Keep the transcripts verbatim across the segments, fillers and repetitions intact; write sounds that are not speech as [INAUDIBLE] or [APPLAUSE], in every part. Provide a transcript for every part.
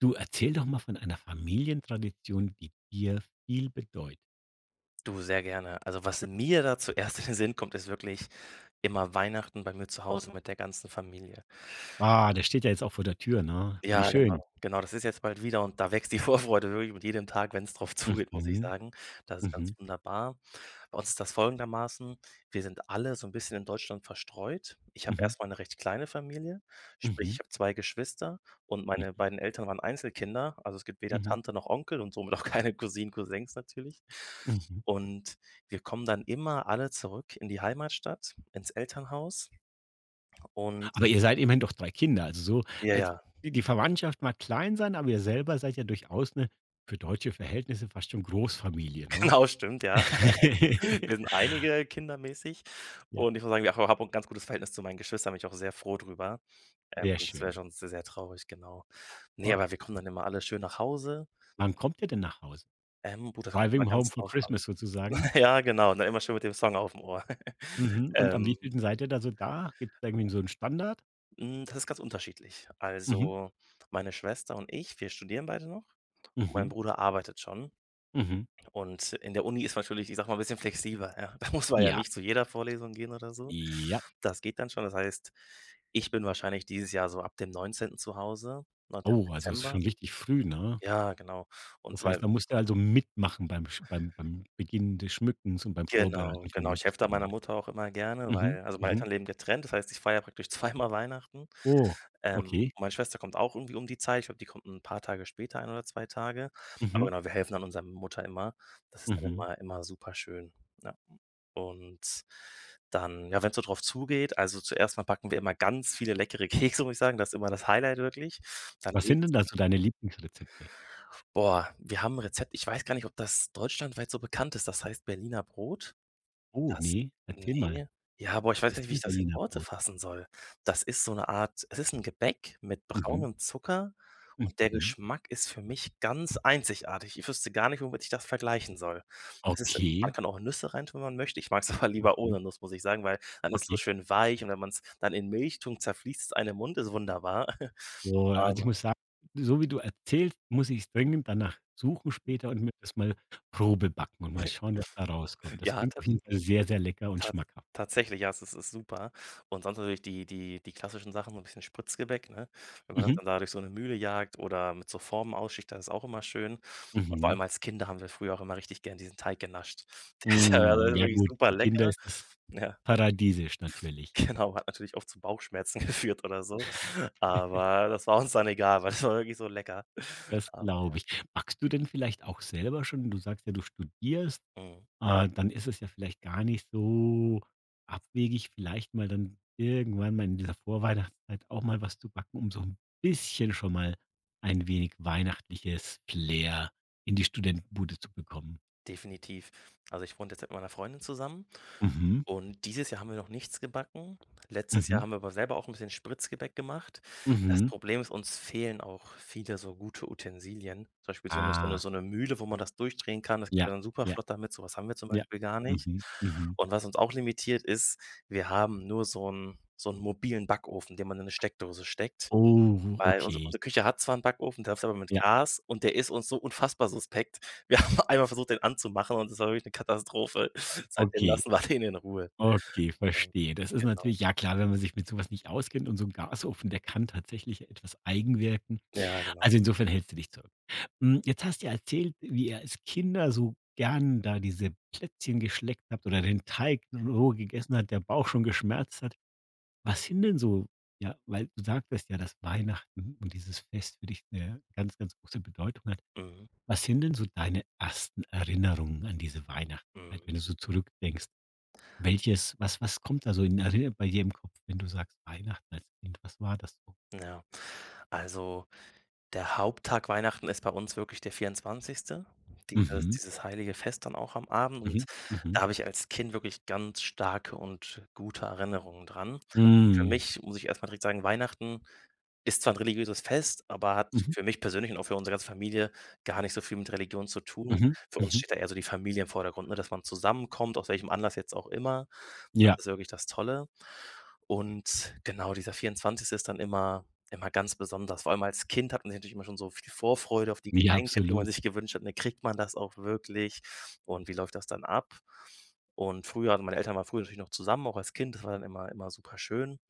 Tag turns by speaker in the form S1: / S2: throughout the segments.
S1: Du, erzähl doch mal von einer Familientradition, die dir viel bedeutet.
S2: Du, sehr gerne. Also, was mir da zuerst in den Sinn kommt, ist wirklich immer Weihnachten bei mir zu Hause, Mhm, mit der ganzen Familie.
S1: Ah, das steht ja jetzt auch vor der Tür, ne? Wie
S2: Ja, genau.
S1: schön.
S2: Genau, das ist jetzt bald wieder und da wächst die [LAUGHS] Vorfreude wirklich mit jedem Tag, wenn es drauf
S1: Mhm,
S2: zugeht, muss ich
S1: mhm,
S2: sagen. Das ist ganz
S1: mhm,
S2: wunderbar. Bei uns ist das folgendermaßen: Wir sind alle so ein bisschen in Deutschland verstreut. Ich habe erstmal eine recht kleine Familie, sprich, ich
S1: mhm,
S2: habe zwei Geschwister und meine
S1: mhm,
S2: beiden Eltern waren Einzelkinder. Also, es gibt weder
S1: mhm,
S2: Tante noch Onkel und somit auch [LAUGHS] keine Cousinen, Cousins natürlich.
S1: mhm.
S2: Und wir kommen dann immer alle zurück in die Heimatstadt, ins Elternhaus und
S1: Aber ihr seid immerhin doch drei Kinder, also so
S2: ja,
S1: als
S2: ja,
S1: die Verwandtschaft mag klein sein, aber ihr selber seid ja durchaus eine, für deutsche Verhältnisse, fast schon Großfamilie, ne?
S2: [LAUGHS] genau, stimmt, ja.
S1: [LAUGHS]
S2: Wir sind einige kindermäßig
S1: Ja,
S2: und ich muss sagen, ich ha habe 'n ganz gutes Verhältnis zu meinen Geschwistern, bin ich auch sehr froh drüber. Ähm,
S1: sehr
S2: das wäre
S1: schön.
S2: schon sehr, sehr traurig, genau. Ne,
S1: Okay.
S2: aber wir kommen dann immer alle schön nach Hause.
S1: Wann kommt ihr denn nach Hause?
S2: Ähm, gut, das kommt immer
S1: Driving home
S2: ganz
S1: for
S2: drauf an.
S1: Christmas sozusagen?
S2: [LAUGHS] Ja, genau, und immer schön mit dem Song aufm Ohr.
S1: Mhm,
S2: [LAUGHS]
S1: und am
S2: Ähm,
S1: wievielten seid ihr da so da? Gibt's da irgendwie so einen Standard?
S2: hm, Das ist ganz unterschiedlich.
S1: Mhm,
S2: Also, meine Schwester und ich, wir studieren beide noch und mein
S1: mhm,
S2: Bruder arbeitet schon.
S1: mhm.
S2: Und in der Uni ist man natürlich, ich sage mal, ein bisschen flexibler, ja. Da muss man ja
S1: Ja,
S2: nicht zu jeder Vorlesung gehen oder so.
S1: ja.
S2: Das geht dann schon. Das heißt, ich bin wahrscheinlich dieses Jahr so ab dem neunzehnten zu Hause, neunzehnten
S1: Oh, also ist
S2: Dezember.
S1: schon richtig früh, ne?
S2: Ja, genau. Und
S1: Das
S2: weil
S1: heißt, da musst du also mitmachen beim Sch beim beim Beginn des Schmückens und beim
S2: Genau,
S1: Vorbereiten,
S2: genau. Ich
S1: vermute ich
S2: helfe da meiner
S1: nochmal.
S2: Mutter auch immer gerne,
S1: Mhm,
S2: weil also, meine
S1: mhm.
S2: Eltern leben getrennt, das heißt, ich feiere praktisch [LAUGHS] zweimal Weihnachten.
S1: Oh,
S2: Ähm,
S1: okay.
S2: meine Schwester kommt auch irgendwie um die Zeit. Ich glaube, die kommt 'n paar Tage später, ein oder zwei Tage. Aber
S1: Mhm,
S2: genau, wir helfen dann unserer Mutter immer. Das ist dann
S1: mhm.
S2: immer immer superschön, ja. Und dann ja, wenn's so drauf zugeht also, zuerst mal backen wir immer ganz viele leckere [LAUGHS] Kekse, muss ich sagen. Das ist immer das Highlight wirklich. Dann
S1: Was sind denn
S2: liegt's,
S1: da so deine Lieblingsrezepte?
S2: boah, wir haben 'n Rezept, ich weiß gar nicht, ob das deutschlandweit so bekannt ist. Das heißt Berliner Brot.
S1: Oh,
S2: Das,
S1: nee, erzähl mal.
S2: ne. Ja, boah, ich
S1: Was
S2: weiß gar nicht,
S1: ist
S2: wie ich
S1: denn
S2: das in
S1: Berliner
S2: Worte
S1: Brot?
S2: fassen soll. Das ist so 'ne Art, es ist 'n Gebäck mit
S1: Mhm,
S2: braunem Zucker und der
S1: mhm.
S2: Geschmack ist für mich ganz einzigartig. Ich wüsste gar nicht, womit ich das vergleichen soll. Es ist Man
S1: Okay,
S2: kann auch Nüsse reintun, wenn man möchte. Ich mag's [LAUGHS] aber lieber
S1: mhm,
S2: ohne Nuss, muss ich sagen, weil dann ist so
S1: okay.
S2: schön weich und wenn man's dann in Milch tunkt, zerfließt's einem im Mund, ist wunderbar. [LAUGHS]
S1: So, also, ich
S2: Aber
S1: muss sagen, so wie du erzählst, muss ich dringend danach suchen später und mir das mal Probe backen und mal schauen, was da rauskommt. Das
S2: ja,
S1: klingt auf jeden Fall sehr, sehr lecker und
S2: Tats
S1: schmackhaft.
S2: tatsächlich, ja, es ist ist super. Und sonst natürlich die die die klassischen Sachen, so 'n bisschen Spritzgebäck, ne? Wenn man das
S1: Mhm.
S2: dann da durch so 'ne Mühle jagt oder mit so Formen ausschichtet, das ist auch immer schön. Und vor
S1: Mhm.
S2: allem als Kinder haben wir früher auch immer richtig gern diesen Teig genascht. [LAUGHS] Der ist ja also
S1: Hm, ja
S2: wirklich
S1: gut,
S2: super
S1: für Kinder
S2: lecker.
S1: ist es
S2: Ja,
S1: paradiesisch
S2: [LAUGHS]
S1: natürlich.
S2: genau, hat natürlich oft zu Bauchschmerzen [LAUGHS] geführt oder so,
S1: [LAUGHS]
S2: aber das war uns dann egal, weil das war wirklich so lecker.
S1: Das
S2: Aber
S1: glaube ich. Backst du denn vielleicht auch selber schon? Du sagst ja, du studierst.
S2: mhm.
S1: Äh, dann ist es ja vielleicht gar nicht so abwegig, vielleicht mal dann irgendwann mal in dieser Vorweihnachtszeit auch mal was zu backen, um so ein bisschen schon mal ein wenig weihnachtliches Flair in die Studentenbude zu bekommen.
S2: Definitiv. Also, ich wohne jetzt mit meiner Freundin zusammen
S1: Mhm,
S2: und dieses Jahr haben wir noch nichts gebacken. Letztes Jahr
S1: mhm,
S2: haben wir aber selber auch ein bisschen Spritzgebäck gemacht. Das
S1: mhm.
S2: Problem ist, uns fehlen auch viele so gute Utensilien. Zum Beispiel so eine so 'ne
S1: Ah,
S2: so 'ne Mühle, wo man das durchdrehen kann. Das geht
S1: ja,
S2: ja dann super
S1: ja,
S2: flott damit. So was haben wir zum
S1: ja.
S2: Beispiel gar nicht.
S1: Mhm, mhm.
S2: Und was uns auch limitiert, ist, wir haben nur so einen so 'n mobilen Backofen, den man in eine Steckdose steckt.
S1: Oh,
S2: Weil unsere
S1: okay.
S2: unsere Küche hat zwar einen Backofen, der ist aber mit
S1: Ja,
S2: Gas und der ist uns so unfassbar suspekt. [LAUGHS] Wir haben einmal versucht, den anzumachen und das war wirklich eine Katastrophe. [LAUGHS] Seitdem
S1: okay.
S2: lassen wir den in Ruhe.
S1: Okay,
S2: Ja,
S1: verstehe. Das ist
S2: genau.
S1: natürlich ja klar, wenn man sich mit sowas nicht auskennt, und so ein Gasofen, der kann tatsächlich ja etwas eigen.
S2: Ja, genau.
S1: Also, insofern hältst du dich zurück. Hm, jetzt hast du ja erzählt, wie ihr als Kinder so gern da diese Plätzchen geschleckt habt oder den Teig roh gegessen hat, der Bauch schon geschmerzt hat. Was sind denn so, ja, weil du sagtest ja, dass Weihnachten und dieses Fest für dich eine ganz, ganz große Bedeutung hat.
S2: Mhm,
S1: Was sind denn so deine ersten Erinnerungen an diese Weihnachtszeit,
S2: mhm,
S1: wenn du so zurückdenkst? Welches, was was kommt da so in Erinnerung bei dir im Kopf, wenn du sagst, Weihnachten als Kind, was war das so?
S2: ja. Also, der Haupttag Weihnachten ist bei uns wirklich der vierundzwanzigste., dieses
S1: Mhm.
S2: dieses heilige Fest dann auch am Abend und
S1: mhm, mhm,
S2: da habe ich als Kind wirklich ganz starke und gute Erinnerungen dran. Und für
S1: mhm,
S2: mich muss ich erst mal direkt sagen, Weihnachten ist zwar ein religiöses Fest, aber hat
S1: mhm,
S2: für mich persönlich und auch für unsere ganze Familie gar nicht so viel mit Religion zu tun.
S1: mhm,
S2: Für uns
S1: mhm.
S2: steht da eher so die Familie im Vordergrund, ne, dass man zusammenkommt, aus welchem Anlass jetzt auch immer. Das
S1: Ja,
S2: ist wirklich das Tolle. Und genau, dieser vierundzwanzigste ist dann immer immer ganz besonders. Vor allem als Kind hat man sich natürlich immer schon so viel Vorfreude auf die
S1: ja,
S2: Geschenke, die man
S1: absolut.
S2: sich gewünscht hat, ne? Kriegt man das auch wirklich und wie läuft das dann ab? Und früher also, meine Eltern waren früher natürlich noch zusammen, auch als Kind, das war dann immer immer super schön.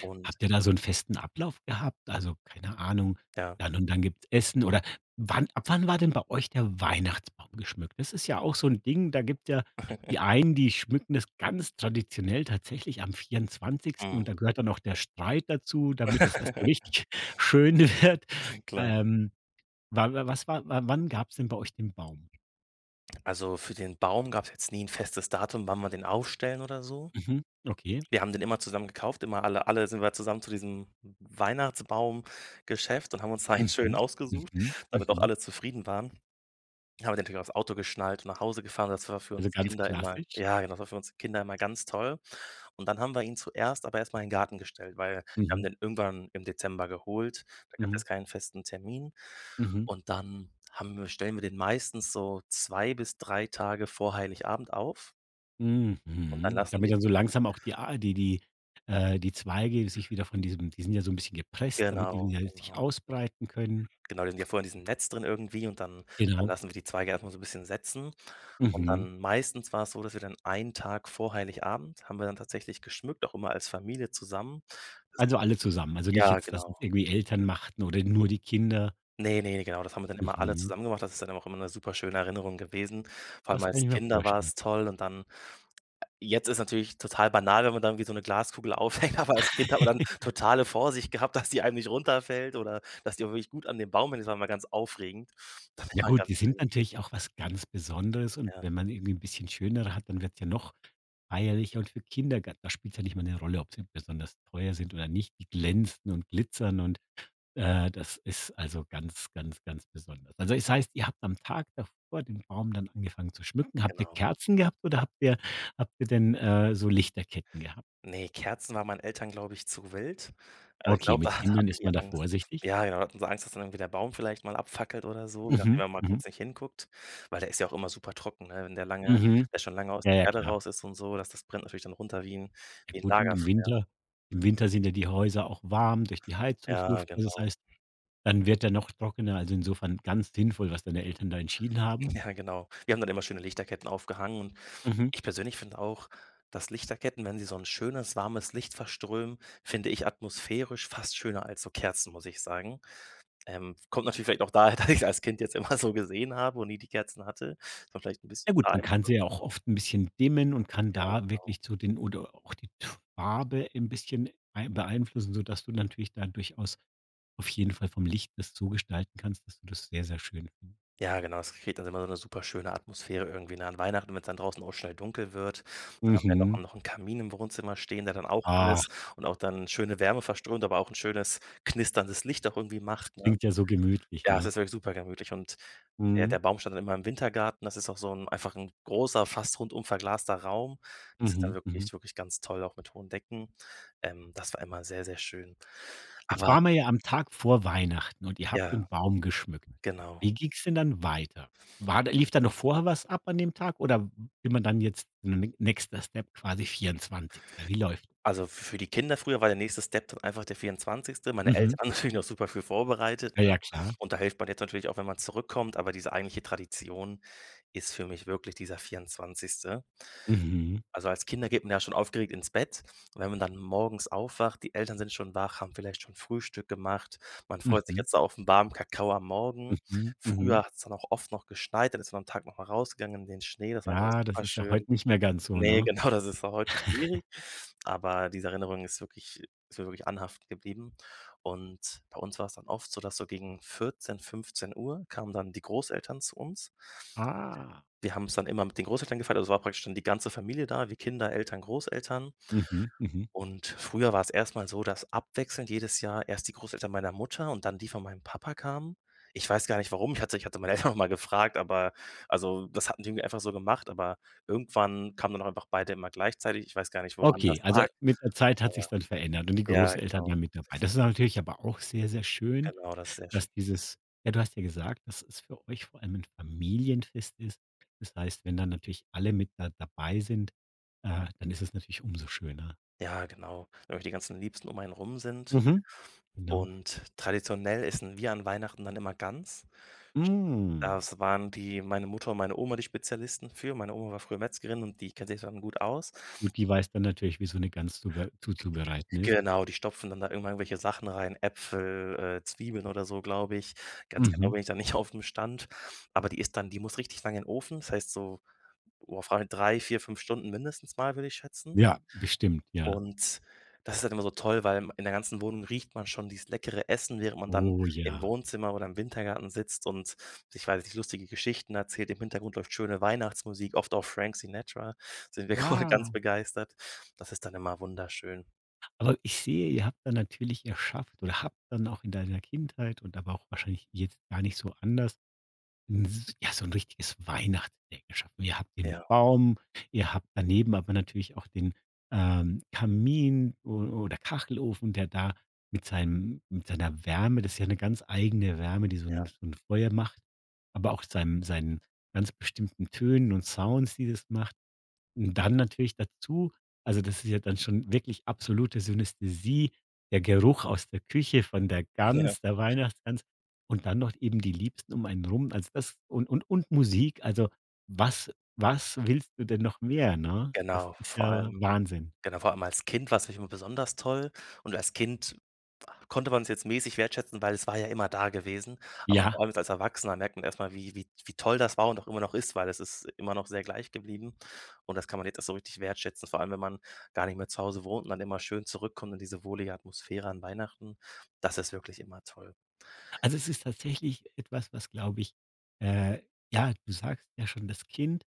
S2: Und
S1: Habt ihr da so einen festen Ablauf gehabt? Also, keine Ahnung,
S2: ja.
S1: dann und dann gibt's Essen, oder wann, ab wann war denn bei euch der Weihnachtsbaum geschmückt? Das ist ja auch so ein Ding, da gibt ja die einen, die schmücken das ganz traditionell tatsächlich am vierundzwanzigsten, und
S2: [LAUGHS]
S1: da gehört dann auch der Streit dazu, damit es erst so
S2: [LAUGHS]
S1: richtig [LAUGHS] schön wird.
S2: Klar.
S1: Ähm Wa wa was war wa Wann gab's denn bei euch den Baum?
S2: Also, für den Baum gab es jetzt nie ein festes Datum, wann wir den aufstellen oder so.
S1: Mhm, okay.
S2: Wir haben den immer zusammen gekauft, immer alle alle sind wir zusammen zu diesem Weihnachtsbaumgeschäft und haben uns da einen schönen
S1: Mhm.
S2: ausgesucht,
S1: mhm,
S2: damit auch
S1: mhm.
S2: alle zufrieden waren. Haben wir den natürlich aufs Auto geschnallt und nach Hause gefahren. Das war für
S1: Also,
S2: uns
S1: ganz
S2: Kinder immer,
S1: klassisch.
S2: ja, genau, das war für uns Kinder immer ganz toll. Und dann haben wir ihn zuerst aber erstmal mal in den Garten gestellt, weil wir haben
S1: Mhm,
S2: den irgendwann im Dezember geholt. Da gab
S1: mhm,
S2: es keinen festen Termin.
S1: mhm,
S2: Und dann haben wir stellen wir den meistens so zwei bis drei Tage vor Heiligabend auf und dann
S1: mhm.
S2: lassen wir
S1: Damit dann
S2: den,
S1: so langsam auch die a die die, äh, die Zweige sich wieder von diesem die sind ja so 'n bisschen gepresst, damit die
S2: genau,
S1: wieder sich
S2: genau.
S1: ausbreiten können.
S2: Genau, die sind ja vorher in diesem Netz drin irgendwie und dann dann
S1: Genau.
S2: lassen wir die Zweige erstmal so ein bisschen setzen. Und
S1: Mhm.
S2: dann meistens war es so, dass wir dann einen Tag vor Heiligabend haben wir dann tatsächlich geschmückt, auch immer als Familie zusammen. Das ist,
S1: Also, alle zusammen. Also, nicht
S2: ja,
S1: jetzt, dass es
S2: genau.
S1: irgendwie Eltern machten oder nur die Kinder.
S2: Ne, ne, genau, das haben wir dann immer alle
S1: Mhm.
S2: zusammen gemacht. Das ist dann auch immer eine super schöne Erinnerung gewesen. Vor allem
S1: Das kann
S2: als
S1: ich mir
S2: Kinder war
S1: vorstellen.
S2: es toll und dann jetzt ist natürlich total banal, wenn man dann wie so eine Glaskugel aufhängt, [LAUGHS] aber als Kind hat man dann totale Vorsicht gehabt, dass die einem nicht runterfällt oder dass die auch wirklich gut an dem Baum hängt. Das war mal ganz aufregend. Das
S1: Ja
S2: war
S1: gut,
S2: ganz
S1: die sind
S2: schön,
S1: natürlich auch was ganz Besonderes, und
S2: ja.
S1: wenn man irgendwie 'n bisschen schönere hat, dann wird's ja noch feierlicher, und für Kinder ga da spielt's ja nicht mal eine Rolle, ob sie besonders teuer sind oder nicht. Die glänzen und glitzern, und, äh, das ist also ganz, ganz, ganz besonders. Also, es heißt, ihr habt am Tag davor den Baum dann angefangen zu schmücken. Habt ihr
S2: Genau.
S1: Kerzen gehabt oder habt ihr habt ihr denn, äh, so Lichterketten gehabt?
S2: Ne, Kerzen waren meinen Eltern, glaube ich, zu wild. Also, ich
S1: Okay,
S2: glaube, [LAUGHS]
S1: mit
S2: da hat
S1: Kindern
S2: hatten
S1: ist
S2: die
S1: man da
S2: Angst.
S1: vorsichtig.
S2: Ja, genau, da hatten sie Angst, dass dann irgendwie der Baum vielleicht mal abfackelt oder so, je nachdem,
S1: Mhm.
S2: wenn man mal
S1: mhm,
S2: kurz nicht hinguckt, weil der ist ja auch immer super trocken, ne? Wenn der lange
S1: mhm.
S2: der schon lange aus
S1: Ja,
S2: der
S1: ja,
S2: Erde
S1: klar.
S2: raus ist und so, das das brennt natürlich dann runter wie 'n
S1: Ja
S2: wie 'n
S1: gut, und im
S2: Lagerfeuer.
S1: Winter im Winter sind ja die Häuser auch warm durch die
S2: Ja,
S1: Heizungsluft. Also, das
S2: genau.
S1: heißt, dann wird er noch trockener. Also, insofern ganz sinnvoll, was deine Eltern da entschieden haben.
S2: [LAUGHS] Ja, genau. Wir haben dann immer schöne Lichterketten aufgehangen und
S1: Mhm.
S2: ich persönlich finde auch, dass Lichterketten, wenn sie so 'n schönes, warmes Licht verströmen, finde ich atmosphärisch fast schöner als so Kerzen, muss ich sagen. Ähm, kommt natürlich vielleicht auch daher, [LAUGHS] dass ich's als Kind jetzt immer so gesehen habe und nie die Kerzen hatte. Das war vielleicht ein
S1: Ja
S2: bisschen
S1: gut, man kann
S2: beeinflusst.
S1: sie ja auch oft ein bisschen dimmen und kann
S2: Ja, genau.
S1: da wirklich zu den oder auch die Farbe ein bisschen ei beeinflussen, sodass du natürlich da durchaus auf jeden Fall vom Licht das so gestalten kannst, dass du das sehr, sehr schön findest.
S2: Ja, genau, es kriegt dann immer so eine super schöne Atmosphäre irgendwie, ne, an Weihnachten, wenn es dann draußen auch schnell dunkel wird. Dann haben wir noch
S1: Mhm.
S2: noch 'n Kamin im Wohnzimmer stehen, der dann auch an
S1: Ach,
S2: ist und auch dann schöne Wärme verströmt, aber auch ein schönes knisterndes Licht auch irgendwie
S1: das
S2: macht, ne?
S1: klingt ja so gemütlich,
S2: Ja, es
S1: ne?
S2: ist wirklich super gemütlich und der
S1: Mhm.
S2: der Baum stand dann immer im Wintergarten. Das ist auch so 'n einfach 'n großer, fast rundum verglaster Raum. Das ist dann
S1: Mhm. Mhm.
S2: wirklich wirklich ganz toll, auch mit hohen Decken. Ähm, das war immer sehr, sehr schön.
S1: Jetzt
S2: Aber
S1: waren wir ja am Tag vor Weihnachten und ihr habt
S2: ja,
S1: den Baum geschmückt.
S2: genau.
S1: Wie ging es denn dann weiter? War da, lief da noch vorher was ab an dem Tag oder will man dann jetzt n nächster Step quasi vierundzwanzigsten.? Wie läuft.
S2: Also, f für die Kinder früher war der nächste Step dann einfach der vierundzwanzigste. Meine
S1: Mhm.
S2: Eltern [LAUGHS] haben natürlich noch super viel vorbereitet,
S1: Ja,
S2: ne?
S1: ja, klar.
S2: Und da hilft man jetzt natürlich auch, wenn man zurückkommt, aber diese eigentliche Tradition ist für mich wirklich dieser vierundzwanzigste.
S1: Mhm.
S2: Also, als Kinder geht man ja schon aufgeregt ins Bett und wenn man dann morgens aufwacht, die Eltern sind schon wach, haben vielleicht schon Frühstück gemacht. Man freut sich
S1: Mhm.
S2: jetzt auf 'n warmen Kakao am Morgen.
S1: Mhm. Mhm.
S2: Früher hat es dann auch oft noch geschneit, dann ist man am Tag noch mal rausgegangen in den Schnee, das war immer
S1: Ja, das
S2: super
S1: ist ja
S2: schön.
S1: heute nicht mehr ganz so,
S2: Ne, [LAUGHS]
S1: ne?
S2: genau, das ist auch heute schwierig, aber diese Erinnerung ist wirklich ist mir wirklich anhaftend geblieben und bei uns war es dann oft so, dass so gegen vierzehn Uhr kamen dann die Großeltern zu uns.
S1: Ah.
S2: Wir haben es dann immer mit den Großeltern gefeiert. Also, es war praktisch dann die ganze Familie da, wie Kinder, Eltern, Großeltern.
S1: Mhm. Mhm.
S2: Und früher war's erst mal so, dass abwechselnd jedes Jahr erst die Großeltern meiner Mutter und dann die von meinem Papa kamen. Ich weiß gar nicht warum. Ich hatte ich hatte meine [LAUGHS] Eltern noch mal gefragt, aber also, das hatten die irgendwie einfach so gemacht, aber irgendwann kamen dann auch einfach beide immer gleichzeitig. Ich weiß gar nicht, woran das
S1: Okay, also
S2: lag.
S1: mit der Zeit hat
S2: Aber
S1: sich's dann verändert und die
S2: ja, ja,
S1: Großeltern
S2: genau,
S1: waren mit dabei. Das ist natürlich aber auch sehr, sehr schön,
S2: genau, das ist sehr schön.
S1: dass dieses, ja, du hast ja gesagt, dass es für euch vor allem 'n Familienfest ist. Das heißt, wenn dann natürlich alle mit da dabei sind, äh, dann ist es natürlich umso schöner.
S2: Ja, genau. Weil die ganzen Liebsten um einen rum sind.
S1: Mhm. Genau.
S2: Und traditionell essen wir an Weihnachten dann immer Gans.
S1: Hm.
S2: Das waren die meine Mutter und meine Oma die Spezialisten für. Meine Oma war früher Metzgerin und die kennt sich dann gut aus.
S1: Gut, die weiß dann natürlich, wie so 'ne Gans zube zuzubereiten ist.
S2: Genau, die stopfen dann da irgendwann irgendwelche Sachen rein, Äpfel, äh, Zwiebeln oder so, glaube ich. Ganz genau
S1: Mhm.
S2: bin ich da nicht [LAUGHS] auf dem Stand, aber die ist dann die muss richtig lange in den Ofen. Das heißt so, boah, frage mich drei Stunden mindestens mal, würde ich schätzen.
S1: Ja, bestimmt, ja.
S2: Und das ist halt immer so toll, weil in der ganzen Wohnung riecht man schon dieses leckere Essen, während man dann
S1: Oh
S2: im
S1: ja.
S2: Wohnzimmer oder im Wintergarten sitzt und ich weiß nicht, lustige Geschichten erzählt. Im Hintergrund läuft schöne Weihnachtsmusik, oft auch Frank Sinatra, sind wir [LAUGHS]
S1: Ah.
S2: ganz begeistert. Das ist dann immer wunderschön.
S1: Aber ich sehe, ihr habt dann natürlich erschafft oder habt dann auch in deiner Kindheit und aber auch wahrscheinlich jetzt gar nicht so anders 'n s ja, so 'n richtiges Weihnachtsdeck geschaffen. Ihr habt den
S2: Ja,
S1: Baum, ihr habt daneben aber natürlich auch den, ähm, Kamin o oder Kachelofen, der da mit seinem mit seiner Wärme, das ist ja 'ne ganz eigene Wärme, die so
S2: ja,
S1: 'n so 'n Feuer macht, aber auch seinem seinen ganz bestimmten Tönen und Sounds, die das macht. Und dann natürlich dazu, also, das ist ja dann schon wirklich absolute Synästhesie, der Geruch aus der Küche von der
S2: [LAUGHS] ja,
S1: Gans, der Weihnachtsgans, und dann noch eben die Liebsten um einen rum. Also, das und und und Musik. Also, was was willst du denn noch mehr, ne? Das
S2: genau,
S1: ist
S2: vor
S1: ja
S2: allem
S1: Wahnsinn.
S2: Genau, vor allem als Kind war's natürlich immer besonders toll und als Kind konnte man es jetzt mäßig wertschätzen, weil es war ja immer da gewesen. Aber vor
S1: Ja,
S2: allem jetzt als Erwachsener merkt man erst mal, wie wie wie toll das war und auch immer noch ist, weil es ist immer noch sehr gleich geblieben und das kann man jetzt erst so richtig wertschätzen, vor allem wenn man gar nicht mehr zu Hause wohnt und dann immer schön zurückkommt in diese wohlige Atmosphäre an Weihnachten. Das ist wirklich immer toll.
S1: also, es ist tatsächlich etwas, was, glaube ich, äh, ja, du sagst ja schon, das Kind,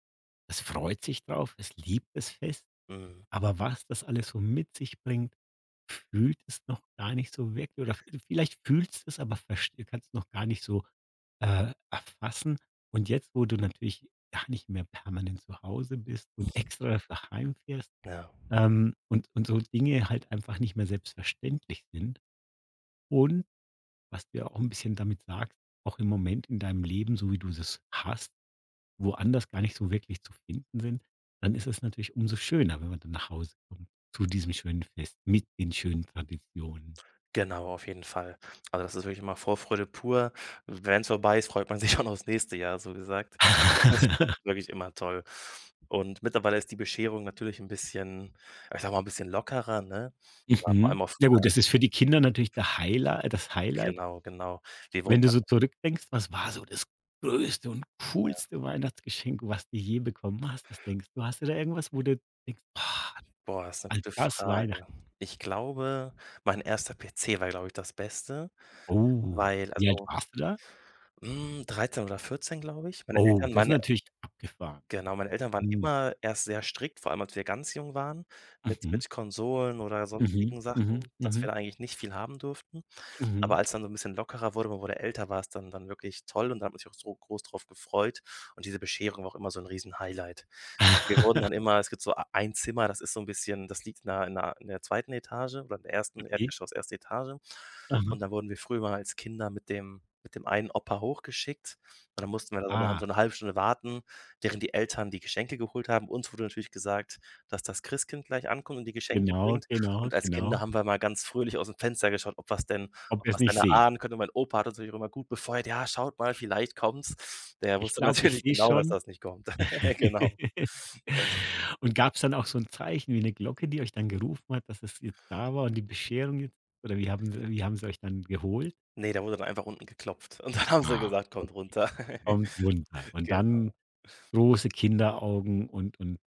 S1: das freut sich drauf, es liebt das Fest,
S2: Mhm,
S1: aber was das alles so mit sich bringt, fühlt es noch gar nicht so wirklich, oder v vielleicht fühlst es, aber verst, kannst es noch gar nicht so, äh, erfassen. Und jetzt, wo du natürlich gar nicht mehr permanent zu Hause bist und extra dafür heimfährst,
S2: ja.
S1: ähm, und und so Dinge halt einfach nicht mehr selbstverständlich sind, und was du ja auch ein bisschen damit sagst, auch im Moment in deinem Leben, so wie du das hast, woanders gar nicht so wirklich zu finden sind, dann ist es natürlich umso schöner, wenn man dann nach Hause kommt zu diesem schönen Fest mit den schönen Traditionen.
S2: Genau, auf jeden Fall. Also, das ist wirklich immer Vorfreude pur. Wenn's vorbei ist, freut man [LAUGHS] sich schon aufs nächste Jahr, so gesagt. Das ist
S1: [LAUGHS]
S2: wirklich immer toll. Und mittlerweile ist die Bescherung natürlich 'n bisschen ja, ich sage mal, 'n bisschen lockerer, ne? Ja, vor
S1: Mhm.
S2: allem auch
S1: Ja
S2: früher
S1: gut, das ist für die Kinder natürlich der Highlight, das Highlight.
S2: genau, genau. Wir wurden
S1: Wenn du
S2: dann
S1: so zurückdenkst, was war so das größte und coolste Weihnachtsgeschenk, was du je bekommen hast? Was denkst du? Hast du da irgendwas, wo du denkst: „Boah,
S2: Boah, ist 'ne
S1: an
S2: gute
S1: das
S2: Frage.
S1: Weihnachten“?
S2: Ich glaube, mein erster P C war, glaube ich, das Beste,
S1: Oh,
S2: weil
S1: wie alt
S2: also,
S1: warst du da?
S2: hm, dreizehn oder vierzehn, glaube ich. Meine
S1: Oh,
S2: Eltern
S1: das ist
S2: meine
S1: natürlich abgefahren.
S2: Genau, meine Eltern waren
S1: Mhm.
S2: immer erst sehr strikt, vor allem als wir ganz jung waren, mit
S1: Mhm.
S2: mit Konsolen oder
S1: Mhm.
S2: sonstigen
S1: Mhm.
S2: Sachen, dass wir
S1: Mhm.
S2: da eigentlich nicht viel haben durften. Aber
S1: Mhm.
S2: als dann so ein bisschen lockerer wurde, man wurde älter, war es dann dann wirklich toll und da hat man sich auch so groß drauf gefreut und diese Bescherung war auch immer so ein Riesen-Highlight. Wir wurden dann
S1: [LAUGHS]
S2: immer es gibt so ei ein Zimmer, das ist so ein bisschen das liegt in der in der in der zweiten. Etage oder in der ersten
S1: Okay.
S2: Erdgeschoss, erste Etage.
S1: Aha.
S2: Und dann wurden wir früher mal als Kinder mit dem mit dem einen Opa hochgeschickt und dann mussten wir da so eine
S1: Ah,
S2: so 'ne halbe Stunde warten, während die Eltern die Geschenke geholt haben. Uns wurde natürlich gesagt, dass das Christkind gleich ankommt und die Geschenke
S1: genau,
S2: bringt.
S1: genau,
S2: Und als Kinder
S1: genau.
S2: haben wir mal ganz fröhlich aus dem Fenster geschaut, ob was denn
S1: Ob
S2: ob
S1: ihr es
S2: was denn
S1: nicht seht.
S2: erahnen könnte. Mein Opa hat uns natürlich immer gut befeuert: „Ja, schaut mal, vielleicht kommt's.“ Der
S1: Ich
S2: wusste
S1: glaube, ich
S2: [LAUGHS] natürlich
S1: sehe
S2: genau, dass
S1: schon.
S2: das nicht kommt. [LAUGHS] Genau.
S1: [LAUGHS]
S2: Also,
S1: Und gab es dann auch so ein Zeichen wie eine Glocke, die euch dann gerufen hat, dass es jetzt da war und die Bescherung jetzt, oder wie haben sie wie haben sie euch dann geholt?
S2: ne, da wurde dann einfach unten geklopft und dann haben sie
S1: Ah.
S2: gesagt:
S1: Und
S2: „Kommt runter.“
S1: kommt runter,
S2: [LAUGHS]
S1: und
S2: Genau,
S1: dann große Kinderaugen und und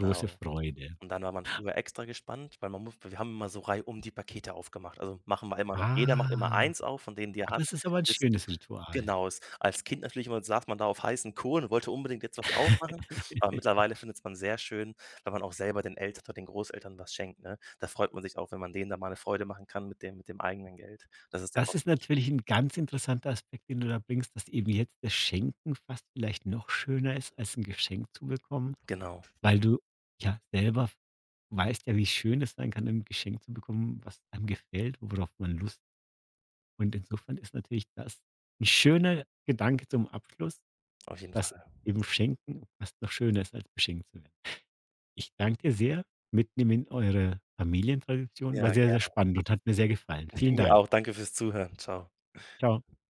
S1: große Freude.
S2: Und dann war man früher extra gespannt, weil man muss wir haben immer so reihum die Pakete aufgemacht. Also, machen wir immer noch. Jeder macht immer
S1: Ah,
S2: eins auf von denen, die er hat,
S1: das ist aber ein
S2: bis
S1: schönes Ritual.
S2: Genau, s als Kind natürlich immer saß man da auf heißen Kohlen und wollte unbedingt jetzt was aufmachen, aber
S1: [LAUGHS]
S2: mittlerweile findet's man sehr schön, wenn man auch selber den Eltern oder den Großeltern was schenkt, ne? Da freut man sich auch, wenn man denen da mal eine Freude machen kann mit dem mit dem eigenen Geld. Das ist dann
S1: Das
S2: auch
S1: ist
S2: schön.
S1: natürlich ein ganz interessanter Aspekt, den du da bringst, dass eben jetzt das Schenken fast vielleicht noch schöner ist, als ein Geschenk zu bekommen,
S2: Genau,
S1: weil du ja selber weißt ja, wie schön es sein kann, ein Geschenk zu bekommen, was einem gefällt, worauf man Lust hat. Und insofern ist natürlich das ein schöner Gedanke zum Abschluss,
S2: auf jeden
S1: dass
S2: Fall.
S1: eben Schenken fast noch schöner ist, als beschenkt zu werden. Ich danke dir sehr. Mitnehmen in eure Familientradition. War
S2: Ja,
S1: sehr, sehr
S2: gerne.
S1: spannend und hat mir sehr gefallen.
S2: [LAUGHS]
S1: Vielen
S2: Mir
S1: Dank.
S2: auch. Danke fürs Zuhören. Ciao.
S1: Ciao.